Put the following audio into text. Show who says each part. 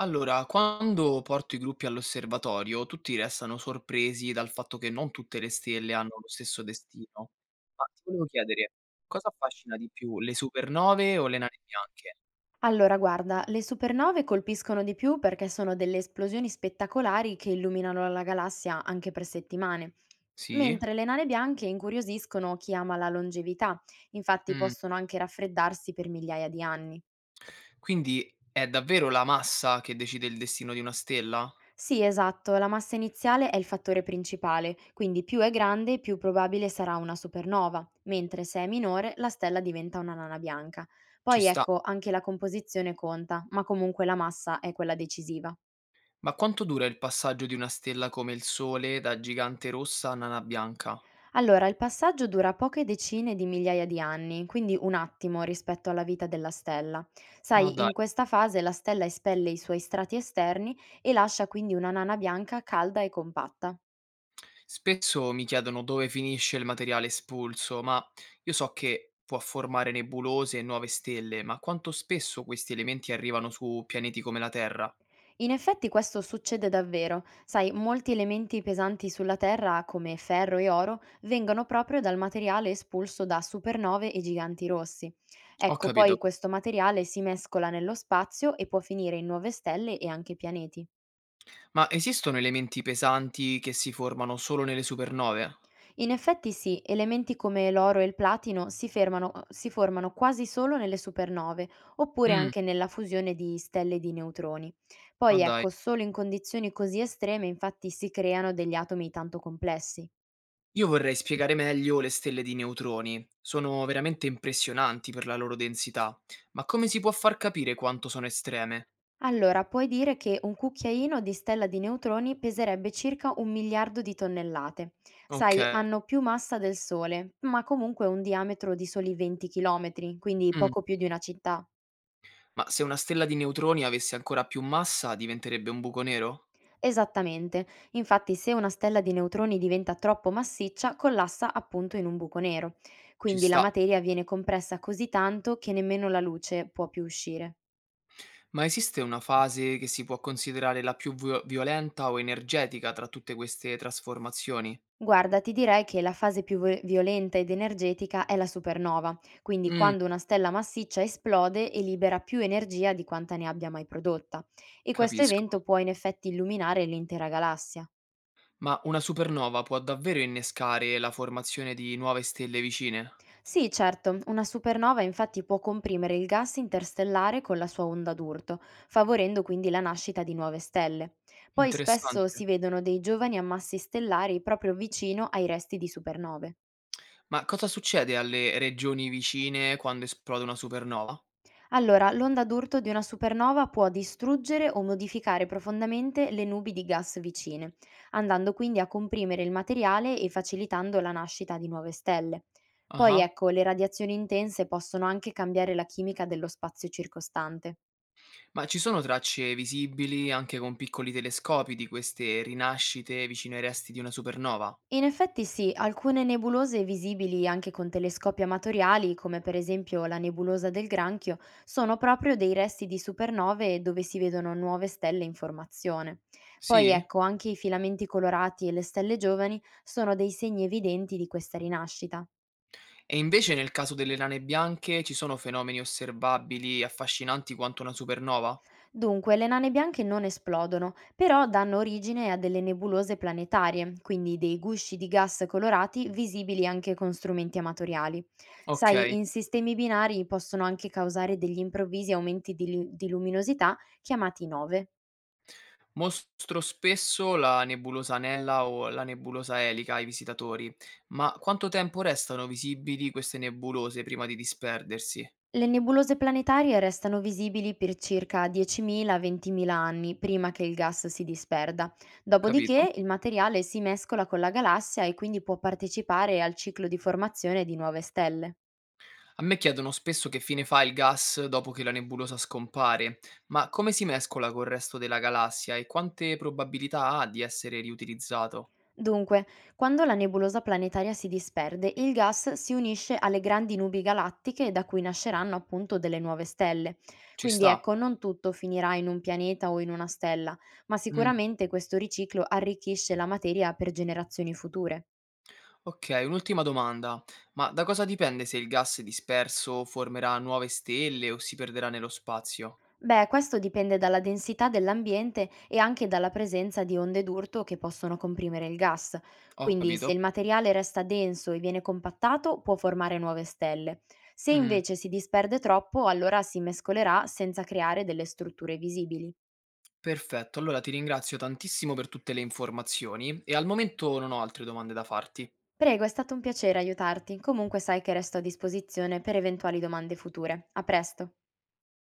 Speaker 1: Allora, quando porto i gruppi all'osservatorio, tutti restano sorpresi dal fatto che non tutte le stelle hanno lo stesso destino. Ma ti volevo chiedere, cosa affascina di più, le supernove o le nane bianche?
Speaker 2: Allora, guarda, le supernove colpiscono di più perché sono delle esplosioni spettacolari che illuminano la galassia anche per settimane,
Speaker 1: Sì?
Speaker 2: mentre le nane bianche incuriosiscono chi ama la longevità, infatti
Speaker 1: Mm.
Speaker 2: possono anche raffreddarsi per migliaia di anni.
Speaker 1: Quindi è davvero la massa che decide il destino di una stella?
Speaker 2: Sì, esatto, la massa iniziale è il fattore principale, quindi più è grande, più probabile sarà una supernova, mentre se è minore, la stella diventa una nana bianca.
Speaker 1: Ci
Speaker 2: Poi
Speaker 1: sta.
Speaker 2: ecco, anche la composizione conta, ma comunque la massa è quella decisiva.
Speaker 1: Ma quanto dura il passaggio di una stella come il Sole da gigante rossa a nana bianca?
Speaker 2: Allora, il passaggio dura poche decine di migliaia di anni, quindi un attimo rispetto alla vita della stella.
Speaker 1: Ma
Speaker 2: Sai, in
Speaker 1: dai.
Speaker 2: questa fase la stella espelle i suoi strati esterni e lascia quindi una nana bianca calda e compatta.
Speaker 1: Spesso mi chiedono dove finisce il materiale espulso, ma io so che può formare nebulose e nuove stelle, ma quanto spesso questi elementi arrivano su pianeti come la Terra?
Speaker 2: In effetti questo succede davvero, sai, molti elementi pesanti sulla Terra, come ferro e oro, vengono proprio dal materiale espulso da supernove e giganti rossi.
Speaker 1: Ho
Speaker 2: Ecco,
Speaker 1: capito.
Speaker 2: poi questo materiale si mescola nello spazio e può finire in nuove stelle e anche pianeti.
Speaker 1: Ma esistono elementi pesanti che si formano solo nelle supernove?
Speaker 2: In effetti sì, elementi come l'oro e il platino si formano quasi solo nelle supernove, oppure
Speaker 1: Mm,
Speaker 2: anche nella fusione di stelle di neutroni.
Speaker 1: ma
Speaker 2: Poi
Speaker 1: dai.
Speaker 2: ecco, solo in condizioni così estreme infatti si creano degli atomi tanto complessi.
Speaker 1: Io vorrei spiegare meglio le stelle di neutroni. Sono veramente impressionanti per la loro densità, ma come si può far capire quanto sono estreme?
Speaker 2: Allora, puoi dire che un cucchiaino di stella di neutroni peserebbe circa un miliardo di tonnellate. Sai,
Speaker 1: Ok.
Speaker 2: hanno più massa del Sole, ma comunque un diametro di soli 20 km, quindi
Speaker 1: Mm.
Speaker 2: poco più di una città.
Speaker 1: Ma se una stella di neutroni avesse ancora più massa, diventerebbe un buco nero?
Speaker 2: Esattamente, infatti se una stella di neutroni diventa troppo massiccia collassa appunto in un buco nero,
Speaker 1: Ci
Speaker 2: quindi la
Speaker 1: sta.
Speaker 2: materia viene compressa così tanto che nemmeno la luce può più uscire.
Speaker 1: Ma esiste una fase che si può considerare la più violenta o energetica tra tutte queste trasformazioni?
Speaker 2: Guarda, ti direi che la fase più violenta ed energetica è la supernova, quindi
Speaker 1: Mm,
Speaker 2: quando una stella massiccia esplode e libera più energia di quanta ne abbia mai prodotta, e questo evento
Speaker 1: capisco.
Speaker 2: può in effetti illuminare l'intera galassia.
Speaker 1: Ma una supernova può davvero innescare la formazione di nuove stelle vicine?
Speaker 2: Sì, certo, una supernova infatti può comprimere il gas interstellare con la sua onda d'urto, favorendo quindi la nascita di nuove stelle. Poi spesso
Speaker 1: Interessante.
Speaker 2: si vedono dei giovani ammassi stellari proprio vicino ai resti di supernove.
Speaker 1: Ma cosa succede alle regioni vicine quando esplode una supernova?
Speaker 2: Allora, l'onda d'urto di una supernova può distruggere o modificare profondamente le nubi di gas vicine, andando quindi a comprimere il materiale e facilitando la nascita di nuove stelle. Poi
Speaker 1: Ah.
Speaker 2: ecco, le radiazioni intense possono anche cambiare la chimica dello spazio circostante.
Speaker 1: Ma ci sono tracce visibili, anche con piccoli telescopi, di queste rinascite vicino ai resti di una supernova?
Speaker 2: In effetti sì, alcune nebulose visibili anche con telescopi amatoriali, come per esempio la nebulosa del Granchio, sono proprio dei resti di supernove dove si vedono nuove stelle in formazione. Poi
Speaker 1: Sì?
Speaker 2: ecco, anche i filamenti colorati e le stelle giovani sono dei segni evidenti di questa rinascita.
Speaker 1: E invece nel caso delle rane bianche ci sono fenomeni osservabili affascinanti quanto una supernova?
Speaker 2: Dunque, le nane bianche non esplodono, però danno origine a delle nebulose planetarie, quindi dei gusci di gas colorati visibili anche con strumenti amatoriali.
Speaker 1: Ok,
Speaker 2: Sai, in sistemi binari possono anche causare degli improvvisi aumenti di, di luminosità chiamati nove.
Speaker 1: mostro spesso la nebulosa anella o la nebulosa elica ai visitatori, ma quanto tempo restano visibili queste nebulose prima di disperdersi?
Speaker 2: Le nebulose planetarie restano visibili per circa 10.000-20.000 anni prima che il gas si disperda.
Speaker 1: Capito?
Speaker 2: Dopodiché il materiale si mescola con la galassia e quindi può partecipare al ciclo di formazione di nuove stelle.
Speaker 1: A me chiedono spesso che fine fa il gas dopo che la nebulosa scompare, ma come si mescola col resto della galassia e quante probabilità ha di essere riutilizzato?
Speaker 2: Dunque, quando la nebulosa planetaria si disperde, il gas si unisce alle grandi nubi galattiche da cui nasceranno appunto delle nuove stelle.
Speaker 1: Ci
Speaker 2: Quindi
Speaker 1: sta.
Speaker 2: ecco, non tutto finirà in un pianeta o in una stella, ma
Speaker 1: Mm,
Speaker 2: sicuramente questo riciclo arricchisce la materia per generazioni future.
Speaker 1: ok, un'ultima domanda. Ma da cosa dipende se il gas disperso formerà nuove stelle o si perderà nello spazio?
Speaker 2: Beh, questo dipende dalla densità dell'ambiente e anche dalla presenza di onde d'urto che possono comprimere il gas.
Speaker 1: Ho
Speaker 2: Quindi, se
Speaker 1: capito.
Speaker 2: il materiale resta denso e viene compattato, può formare nuove stelle. Se
Speaker 1: Mm,
Speaker 2: invece si disperde troppo, allora si mescolerà senza creare delle strutture visibili.
Speaker 1: perfetto, allora ti ringrazio tantissimo per tutte le informazioni e al momento non ho altre domande da farti.
Speaker 2: Prego, è stato un piacere aiutarti. Comunque sai che resto a disposizione per eventuali domande future. A presto.